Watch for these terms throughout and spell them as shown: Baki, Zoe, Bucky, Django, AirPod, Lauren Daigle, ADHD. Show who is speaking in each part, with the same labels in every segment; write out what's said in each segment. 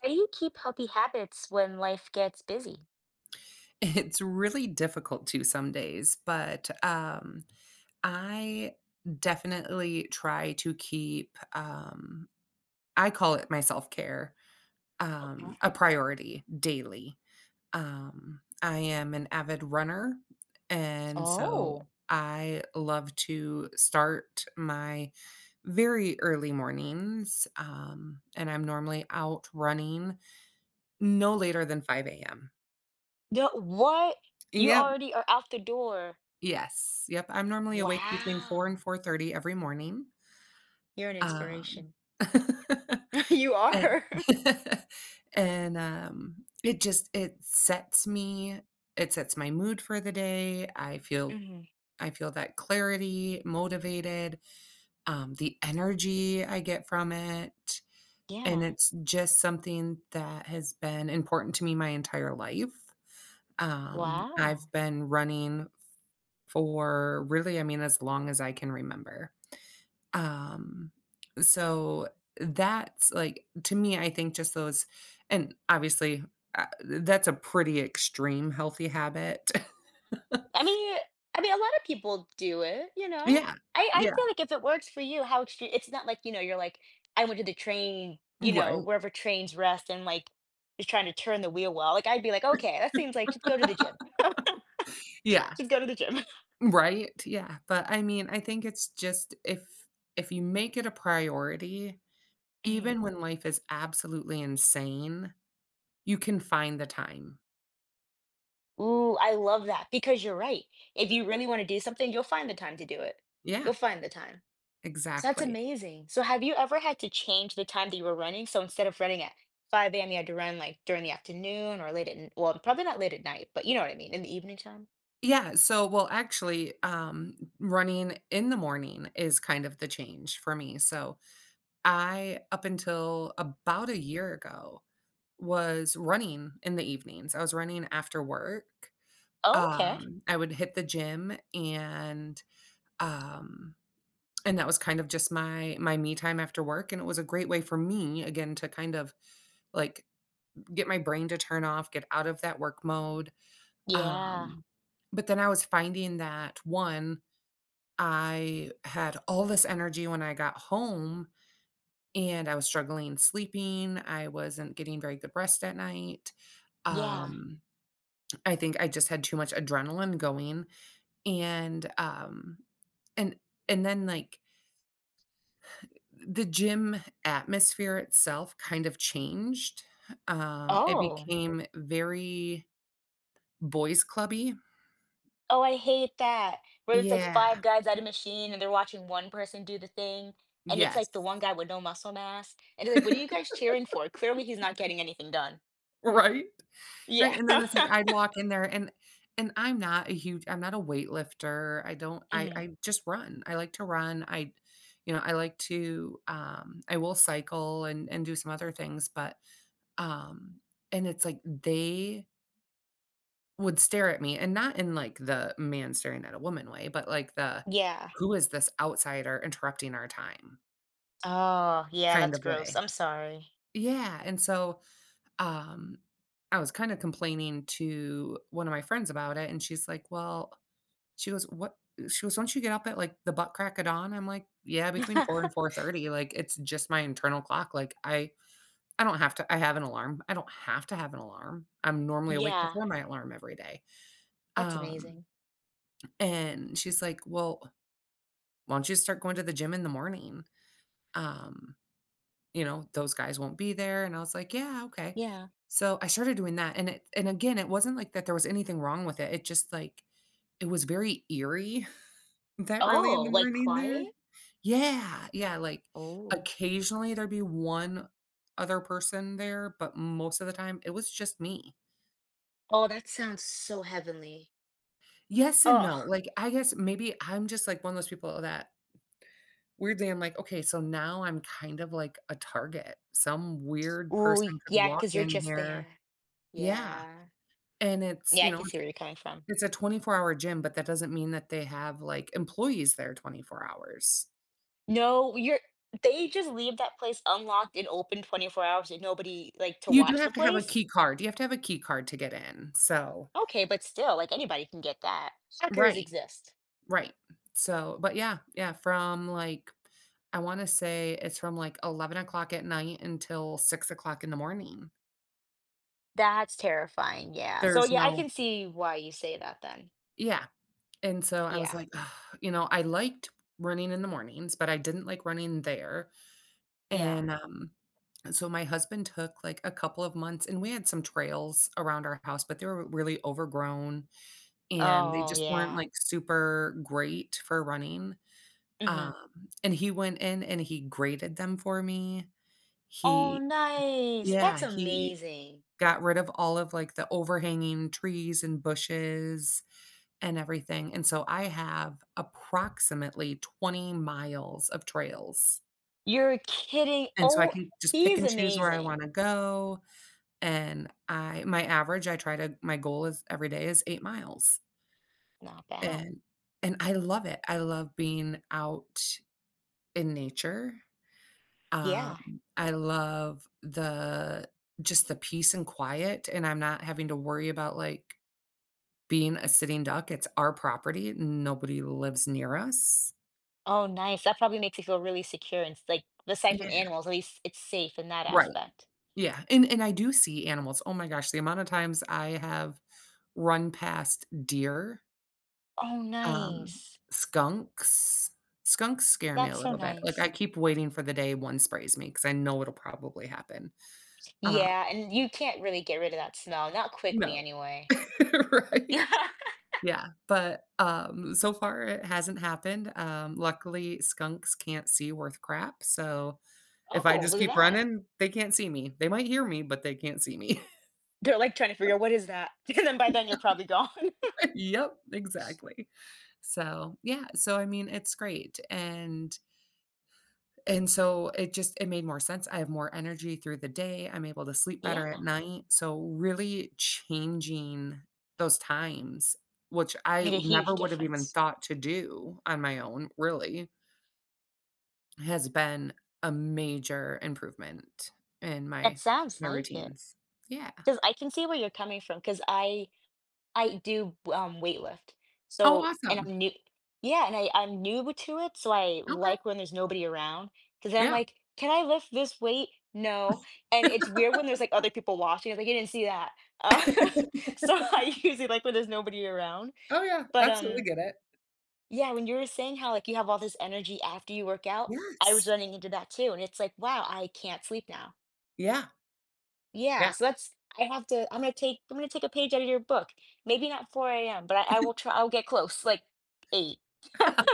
Speaker 1: How do you keep healthy habits when life gets busy?
Speaker 2: It's really difficult to some days, but, I definitely try to keep, I call it my self-care,
Speaker 1: Mhm.
Speaker 2: a priority daily. I am an avid runner, and so
Speaker 1: Oh,
Speaker 2: I love to start my very early mornings, and I'm normally out running no later than 5 AM.
Speaker 1: the what? You
Speaker 2: Yep.
Speaker 1: already are out the door.
Speaker 2: Yes. Yep, I'm normally awake between 4 and
Speaker 1: Wow.
Speaker 2: 4:30 every morning.
Speaker 1: You're an
Speaker 2: Wow.
Speaker 1: inspiration. You
Speaker 2: And
Speaker 1: are.
Speaker 2: and, um, it sets me it Sets my mood for the day. I feel
Speaker 1: Hmm.
Speaker 2: I feel that clarity, motivated, the energy I get from it, and
Speaker 1: Yeah.
Speaker 2: it's just something that has been important to me my entire life.
Speaker 1: Wow.
Speaker 2: I've been running for really, I mean, as long as I can remember. Um, so that's like to me, I think just those. And obviously, that's a pretty extreme healthy habit.
Speaker 1: I mean, I mean, a lot of people do it, you know?
Speaker 2: Yeah.
Speaker 1: I
Speaker 2: Yeah.
Speaker 1: feel like if it works for you, how extreme, it's not like, you know, you're like, I went to the train, you know,
Speaker 2: Right.
Speaker 1: wherever trains rest and like just trying to turn the wheel well. Like, I'd be like, okay, that seems like just go to the gym.
Speaker 2: Yeah.
Speaker 1: Just go to the gym.
Speaker 2: Right. Yeah. But I mean, I think it's just if you make it a priority, even when life is absolutely insane, you can find the time.
Speaker 1: Ooh, I love that because you're right. If you really want to do something, you'll find the time to do it.
Speaker 2: Yeah,
Speaker 1: You'll find the time. So that's
Speaker 2: exactly.
Speaker 1: amazing. So have you ever had to change the time that you were running? So instead of running at 5 a.m., you had to run like during the afternoon or late at, well, probably not late at night, but you know what I mean, in the evening time.
Speaker 2: Yeah, so well, actually, running in the morning is kind of the change for me. So I, up until about a year ago, was running in the evenings. I was running after work.
Speaker 1: Oh, okay.
Speaker 2: I would hit the gym um, and that was kind of just my me time after work. And it was a great way for me again to kind of like get my brain to turn off, get out of that work mode.
Speaker 1: Yeah.
Speaker 2: Um, but then I was finding that one I had all this energy when I got home and I was struggling sleeping. I wasn't getting very good rest at night.
Speaker 1: Yeah.
Speaker 2: Um, I think I just had too much adrenaline going and um and and the gym atmosphere itself kind of changed. It
Speaker 1: Oh.
Speaker 2: became very boys clubby.
Speaker 1: Oh, I hate that. Where it's like
Speaker 2: Yeah.
Speaker 1: five guys at a machine and they're watching one person do the thing. And it's
Speaker 2: Yes.
Speaker 1: like the one guy with no muscle mass. And they're like, what are you guys cheering for? Clearly he's not getting anything done.
Speaker 2: Right?
Speaker 1: Yeah.
Speaker 2: Right, and then it's like I'd walk in there and I'm not a weightlifter. I don't
Speaker 1: Mhm.
Speaker 2: I just run. I like to run. I you know, I like to I will cycle and do some other things, but um and it's like they would stare at me and not in like the man staring at a woman way, but like the
Speaker 1: Yeah.
Speaker 2: who is this outsider interrupting our time
Speaker 1: Oh, yeah,
Speaker 2: kind
Speaker 1: that's
Speaker 2: of
Speaker 1: gross.
Speaker 2: way.
Speaker 1: I'm sorry.
Speaker 2: Yeah, and so um I was kind of complaining to one of my friends about it and she's like, "Well," she goes, "what?" She goes, "Don't you get up at, like, the butt crack of dawn?" I'm like, "Yeah, between 4 and 4:30, like, it's just my internal clock, like, I don't have to I don't have to have an alarm. I'm normally awake
Speaker 1: Yeah,
Speaker 2: before my alarm every day."
Speaker 1: that's
Speaker 2: Um,
Speaker 1: amazing.
Speaker 2: and she's like, "Well, why don't you start going to the gym in the morning? Um, you know, those guys won't be there." And I was like, "Yeah, okay."
Speaker 1: Yeah.
Speaker 2: So I started doing that, and it and again, it wasn't like that there was anything wrong with it, it just, like, it was very eerie that early in
Speaker 1: Oh,
Speaker 2: the
Speaker 1: like
Speaker 2: morning there.
Speaker 1: quiet?
Speaker 2: Yeah, yeah, like,
Speaker 1: Oh.
Speaker 2: occasionally, there'd be 1 other person there, but most of the time, it was just me.
Speaker 1: Oh, that sounds so heavenly.
Speaker 2: Yes and no,
Speaker 1: Oh.
Speaker 2: like, I guess maybe I'm just, like, one of those people that weirdly, I'm like, "Okay, so now I'm kind of like a target. Some weird
Speaker 1: Ooh,
Speaker 2: person could
Speaker 1: yeah,
Speaker 2: walk
Speaker 1: because 'cause you're
Speaker 2: in
Speaker 1: just
Speaker 2: here."
Speaker 1: there.
Speaker 2: Yeah,
Speaker 1: Yeah.
Speaker 2: and it's,
Speaker 1: Yeah,
Speaker 2: you
Speaker 1: I
Speaker 2: know,
Speaker 1: can see
Speaker 2: it's
Speaker 1: where you're coming from.
Speaker 2: it's a 24-hour gym, but that doesn't mean that they have, like, employees there 24 hours.
Speaker 1: No, you're they just leave that place unlocked and open 24 hours and nobody, like, to
Speaker 2: You do
Speaker 1: watch the
Speaker 2: have to have a
Speaker 1: place?
Speaker 2: key card. You have to have a key card to get in, so
Speaker 1: Okay, but still, like, anybody can get that. Suckers
Speaker 2: right.
Speaker 1: exist.
Speaker 2: Right. So, but yeah, yeah, from like, I want to say it's from like 11 o'clock at night until 6 o'clock in the morning.
Speaker 1: That's terrifying, yeah. So,
Speaker 2: There's
Speaker 1: yeah, I
Speaker 2: no,
Speaker 1: can see why you say that then.
Speaker 2: yeah. And so I was
Speaker 1: Yeah,
Speaker 2: like, "Ugh," you know, I liked running in the mornings, but I didn't like running there.
Speaker 1: yeah.
Speaker 2: And So my husband took like a couple of months and we had some trails around our house, but they were really overgrown and they
Speaker 1: Oh,
Speaker 2: just weren't
Speaker 1: yeah.
Speaker 2: like super great for running.
Speaker 1: Mhm.
Speaker 2: And he went in and he graded them for me.
Speaker 1: Oh,
Speaker 2: He
Speaker 1: nice.
Speaker 2: Yeah,
Speaker 1: That's
Speaker 2: he
Speaker 1: amazing.
Speaker 2: got rid of all of, like, the overhanging trees and bushes and everything, and so I have approximately 20 miles of trails,
Speaker 1: You're kidding.
Speaker 2: and so I
Speaker 1: Oh,
Speaker 2: can just pick
Speaker 1: he's
Speaker 2: and choose where I
Speaker 1: amazing.
Speaker 2: wanna go, and I my average, I try to my goal is every day is 8 miles,
Speaker 1: Not bad.
Speaker 2: and and I love it. I love being out in nature.
Speaker 1: Yeah.
Speaker 2: I love the just the peace and quiet, and I'm not having to worry about, like, being a sitting duck, it's our property, nobody lives near us.
Speaker 1: Oh, nice. That probably makes you feel really secure and, s like, aside from
Speaker 2: Yeah,
Speaker 1: animals, at least it's safe in that
Speaker 2: right,
Speaker 1: aspect.
Speaker 2: yeah, and I do see animals, oh my gosh, the amount of times I have run past deer,
Speaker 1: Oh,
Speaker 2: um,
Speaker 1: nice.
Speaker 2: skunks. Skunks scare me a
Speaker 1: That's so
Speaker 2: little bit, like, I
Speaker 1: nice.
Speaker 2: keep waiting for the day one sprays me because I know it'll probably happen. Um,
Speaker 1: Yeah, and you can't really get rid of that smell, not quickly
Speaker 2: no,
Speaker 1: anyway.
Speaker 2: right?
Speaker 1: Yeah.
Speaker 2: Yeah, but, so far it hasn't happened, luckily, skunks can't see worth crap, so if I
Speaker 1: Oh,
Speaker 2: just
Speaker 1: look at
Speaker 2: keep
Speaker 1: that.
Speaker 2: running, they can't see me. They might hear me, but they can't see me.
Speaker 1: They're, like, trying to figure out, "What is that?" And then by then, you're probably gone.
Speaker 2: Yep, exactly. So, yeah, so, I mean, it's great, and so it made more sense, I have more energy through the day, I'm able to sleep
Speaker 1: Yeah,
Speaker 2: better at night, so really changing those times, which I
Speaker 1: made a
Speaker 2: never
Speaker 1: huge
Speaker 2: would have even
Speaker 1: difference.
Speaker 2: thought to do on my own, really. Has been a major improvement in
Speaker 1: That sounds
Speaker 2: my
Speaker 1: like it,
Speaker 2: routines. Yeah.
Speaker 1: because I can see where you're coming from. Because I do, weightlift.
Speaker 2: Oh,
Speaker 1: So and
Speaker 2: awesome.
Speaker 1: I'm new. Yeah, and I'm new to it, so I
Speaker 2: Okay.
Speaker 1: like when there's nobody around, 'cause then I'm
Speaker 2: Yeah.
Speaker 1: like, "Can I lift this weight? No." And it's weird when there's, like, other people watching, it's like, "You didn't see that." Uh, so I usually like when there's nobody around,
Speaker 2: Oh, yeah.
Speaker 1: but,
Speaker 2: Absolutely
Speaker 1: um.
Speaker 2: get it.
Speaker 1: Yeah, when you were saying how, like, you have all this energy after you work out, I was
Speaker 2: Yes.
Speaker 1: running into that too, and it's like, "Wow, I can't sleep now."
Speaker 2: Yeah.
Speaker 1: Yeah,
Speaker 2: Yeah.
Speaker 1: so that's I have to, I'm gonna take a page out of your book. Maybe not 4 a.m., but I will try I'll get close, like 8.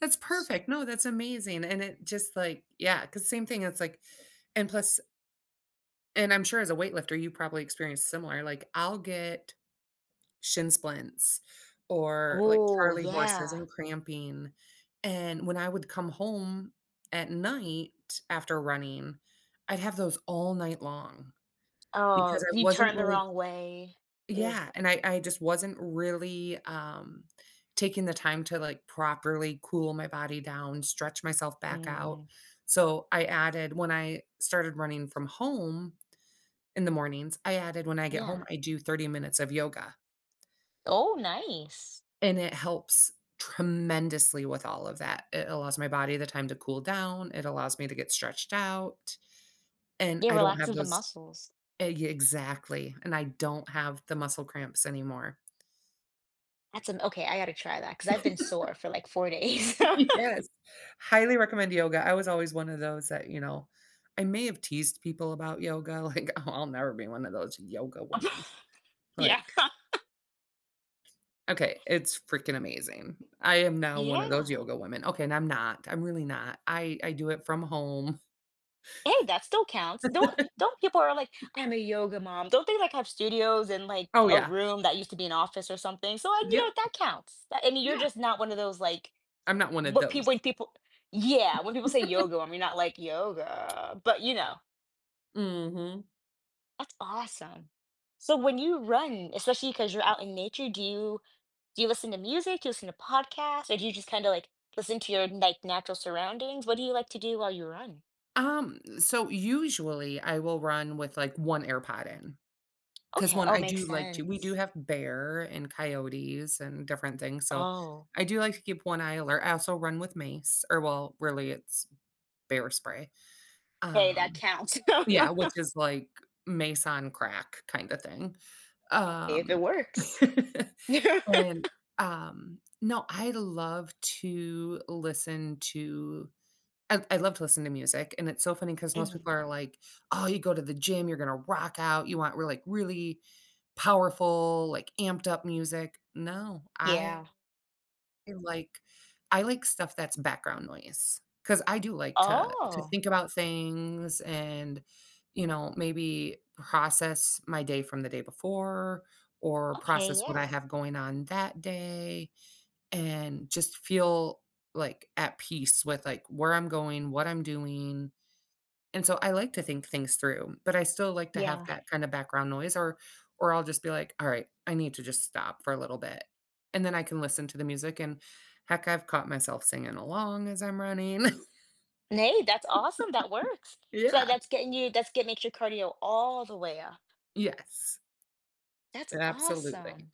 Speaker 2: That's perfect. No, that's amazing, and it just, like yeah, cause same thing, it's like and plus and I'm sure as a weightlifter, you probably experienced similar, like, I'll get shin splints or like
Speaker 1: Oh,
Speaker 2: charley horses
Speaker 1: yeah.
Speaker 2: and cramping. And when I would come home at night after running, I'd have those all night long because
Speaker 1: Oh,
Speaker 2: I
Speaker 1: you
Speaker 2: wasn't
Speaker 1: turn the
Speaker 2: really
Speaker 1: wrong way. Ugh.
Speaker 2: yeah, and I just wasn't really, taking the time to, like, properly cool my body down, stretch myself back out.
Speaker 1: Mm,
Speaker 2: So I added when I started running from home in the mornings, I added when I get
Speaker 1: yeah.
Speaker 2: home, I do 30 minutes of yoga.
Speaker 1: Oh, nice.
Speaker 2: And it helps tremendously with all of that. It allows my body the time to cool down, it allows me to get stretched out, and
Speaker 1: Yeah,
Speaker 2: I don't have
Speaker 1: relaxes the
Speaker 2: those
Speaker 1: muscles.
Speaker 2: eh, yeah, exactly, and I don't have the muscle cramps anymore.
Speaker 1: That's an okay, I gotta try that because 'cause I've been sore for like 4 days.
Speaker 2: Yes. Highly recommend yoga. I was always one of those that, you know, I may have teased people about yoga, like, "Oh, I'll never be one of those yoga women."
Speaker 1: Yeah.
Speaker 2: Like, okay, it's freaking amazing. I am now one of those
Speaker 1: Yeah.
Speaker 2: yoga women. Okay, and I'm not. I'm really not. I do it from home.
Speaker 1: Hey, that still counts. Don't people are like, "I'm a yoga mom." Don't they, like, have studios and like,
Speaker 2: Oh,
Speaker 1: a
Speaker 2: yeah.
Speaker 1: room that used to be an office or something? So, like, you know,
Speaker 2: Yep.
Speaker 1: that counts. That- I mean, you're
Speaker 2: Yeah,
Speaker 1: just not one of those, like,
Speaker 2: I'm not one of
Speaker 1: what
Speaker 2: those.
Speaker 1: people when people. Yeah, when people say yoga mom, you're not like, "Yoga," but, you know,
Speaker 2: Mhm.
Speaker 1: that's awesome. So when you run, especially because 'cause you're out in nature, do you listen to music? Do you listen to podcasts? Or do you just kinda, like, listen to your, like, natural surroundings? What do you like to do while you run?
Speaker 2: So usually I will run with, like, 1 AirPod in because
Speaker 1: Okay.
Speaker 2: one
Speaker 1: Oh,
Speaker 2: I do
Speaker 1: makes
Speaker 2: like to we do
Speaker 1: sense.
Speaker 2: have bear and coyotes and different things, so
Speaker 1: Oh.
Speaker 2: I do like to keep one eye alert. I also run with mace, or well, really it's bear spray.
Speaker 1: Hey, that
Speaker 2: Um,
Speaker 1: counts.
Speaker 2: yeah, which is like mace on crack kinda thing.
Speaker 1: If it
Speaker 2: Um,
Speaker 1: works.
Speaker 2: and, no, I love to listen to I love to listen to music, and it's so funny because most
Speaker 1: Mhm.
Speaker 2: people are like, "Oh, you go to the gym, you're gonna rock out, you want re like, really powerful, like, amped up music." No,
Speaker 1: Yeah.
Speaker 2: like I like stuff that's background noise because I do like to
Speaker 1: Oh,
Speaker 2: think about things and, you know, maybe process my day from the day before or
Speaker 1: okay,
Speaker 2: process what I
Speaker 1: yeah,
Speaker 2: have going on that day, and just feel like at peace with like where I'm going, what I'm doing. And so I like to think things through, but I still like to have
Speaker 1: yeah.
Speaker 2: that kind of background noise or I'll just be like, all right, I need to just stop for a little bit. And then I can listen to the music and heck, I've caught myself singing along as I'm running.
Speaker 1: Nay, that's awesome, that works. So
Speaker 2: Yeah.
Speaker 1: that's getting makes your cardio all the way up.
Speaker 2: Yes.
Speaker 1: That's
Speaker 2: Absolutely.
Speaker 1: awesome.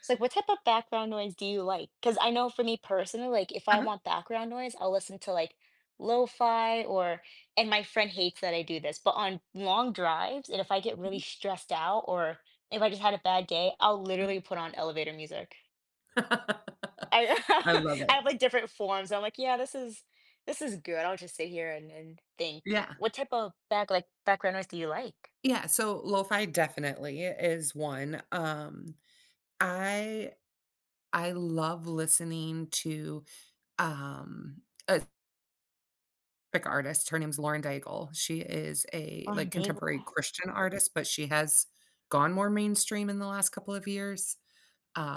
Speaker 1: It's like, what type of background noise do you like? Because I know for me personally, like if I
Speaker 2: Uh-huh.
Speaker 1: want background noise, I'll listen to like lo-fi or, and my friend hates that I do this, but on long drives, and if I get really stressed out or if I just had a bad day, I'll
Speaker 2: Mhm.
Speaker 1: literally put on elevator music.
Speaker 2: I
Speaker 1: I
Speaker 2: love
Speaker 1: I have
Speaker 2: it.
Speaker 1: like different forms. I'm like, yeah, this is good. I'll just sit here and think.
Speaker 2: Yeah.
Speaker 1: What type of background noise do you like?
Speaker 2: Yeah. So lo-fi definitely is one. I I love listening to, um, a specific artist. Her name's Lauren Daigle. She is a,
Speaker 1: Or
Speaker 2: like, contemporary
Speaker 1: bagel.
Speaker 2: Christian artist, but she has gone more mainstream in the last couple of years.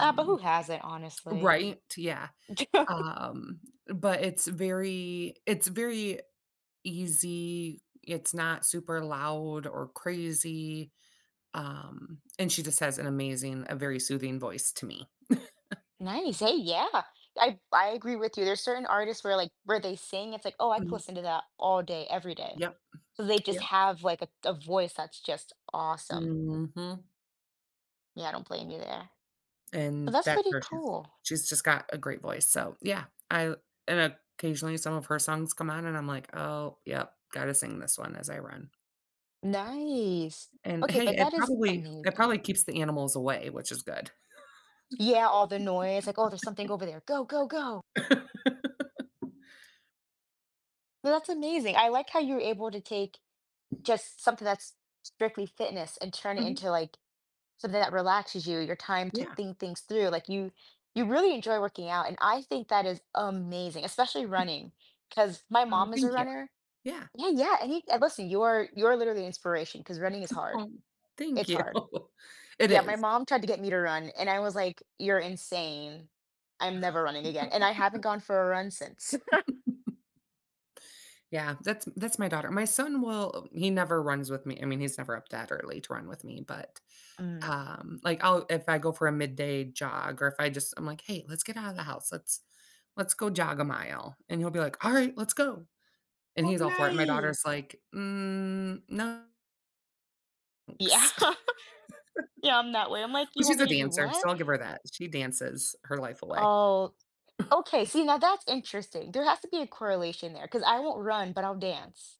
Speaker 1: But who has it, honestly?
Speaker 2: Right, yeah. Um, but it's very easy. It's not super loud or crazy. And she just has an amazing a very soothing voice to me.
Speaker 1: Nice. Hey, yeah. I agree with you. There's certain artists where where they sing, it's like, oh, I could
Speaker 2: Mhm.
Speaker 1: listen to that all day, every day.
Speaker 2: Yep,
Speaker 1: So they just
Speaker 2: yep.
Speaker 1: have like a voice that's just awesome.
Speaker 2: Mhm.
Speaker 1: Yeah, I don't blame you there. But
Speaker 2: And
Speaker 1: that's
Speaker 2: that's
Speaker 1: pretty
Speaker 2: her,
Speaker 1: cool.
Speaker 2: she's just got a great voice, so, yeah, I and occasionally some of her songs come on and I'm like, "Oh, yep, gotta sing this one as I run."
Speaker 1: Nice.
Speaker 2: And,
Speaker 1: Okay,
Speaker 2: hey,
Speaker 1: but that is
Speaker 2: it
Speaker 1: amazing.
Speaker 2: probably keeps the animals away, which is good.
Speaker 1: Yeah, all the noise, like, oh, there's something over there. Go, go, go. No, that's amazing. I like how you're able to take just something that's strictly fitness and turn it
Speaker 2: Mhm,
Speaker 1: into like something that relaxes you, your time to
Speaker 2: yeah.
Speaker 1: think things through. Like you really enjoy working out and I think that is amazing, especially running. Because my
Speaker 2: Oh,
Speaker 1: mom is a
Speaker 2: thank you.
Speaker 1: runner.
Speaker 2: Yeah.
Speaker 1: Yeah, yeah, and you and listen, you're literally an inspiration. Because running is hard.
Speaker 2: Oh, thank
Speaker 1: It's
Speaker 2: you.
Speaker 1: hard.
Speaker 2: It
Speaker 1: Yeah, my
Speaker 2: is.
Speaker 1: mom tried to get me to run and I was like, "You're insane. I'm never running again." And I haven't gone for a run since.
Speaker 2: Yeah, that's my daughter. My son will he never runs with me, I mean, he's never up that early to run with me, but
Speaker 1: Mm.
Speaker 2: Like, I'll if I go for a midday jog or if I just I'm like, "Hey, let's get out of the house. Let's go jog a mile." And he'll be like, "Alright, let's go." And
Speaker 1: Oh,
Speaker 2: he's all for it, and my daughter's
Speaker 1: nice.
Speaker 2: like, "Mm, no,
Speaker 1: Yeah.
Speaker 2: thanks."
Speaker 1: Yeah, I'm that way. I'm like,
Speaker 2: But
Speaker 1: "You want
Speaker 2: she's
Speaker 1: me
Speaker 2: a
Speaker 1: to do
Speaker 2: dancer, so
Speaker 1: what?"
Speaker 2: I'll give her that. She dances her life away.
Speaker 1: Oh, okay, see, now that's interesting. There has to be a correlation there because I won't run, but I'll dance.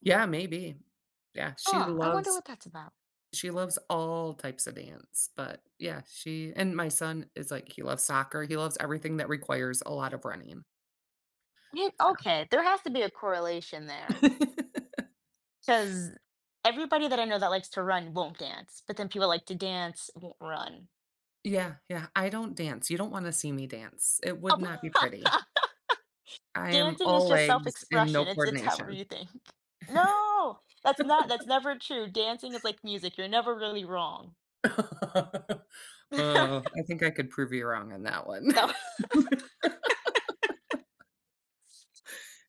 Speaker 2: Yeah, maybe. Yeah,
Speaker 1: Huh, I wonder what that's about.
Speaker 2: she loves all types of dance, but yeah, she and my son is like he loves soccer, he loves everything that requires a lot of running,
Speaker 1: Yeah, okay, there has to be a correlation
Speaker 2: so
Speaker 1: there because everybody that I know that likes to run won't dance, but then people that like to dance won't run.
Speaker 2: Yeah, yeah, I don't dance, you don't wanna see me dance, it would not be pretty.
Speaker 1: Oh.
Speaker 2: I am
Speaker 1: Dancing is
Speaker 2: all
Speaker 1: just
Speaker 2: legs and no
Speaker 1: self-expression. It's however
Speaker 2: coordination.
Speaker 1: you think. No, that's never true. Dancing is like music. You're never really wrong.
Speaker 2: Oh, I think I could prove you wrong on that one.
Speaker 1: No,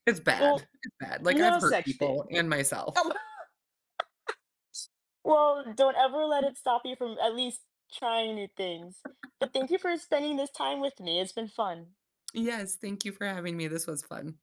Speaker 2: It's bad,
Speaker 1: well,
Speaker 2: like, I've
Speaker 1: no
Speaker 2: hurt
Speaker 1: such
Speaker 2: people
Speaker 1: thing.
Speaker 2: and myself.
Speaker 1: Well, don't ever let it stop you from at least trying new things. But thank you for spending this time with me. It's been fun.
Speaker 2: Yes, thank you for having me, this was fun.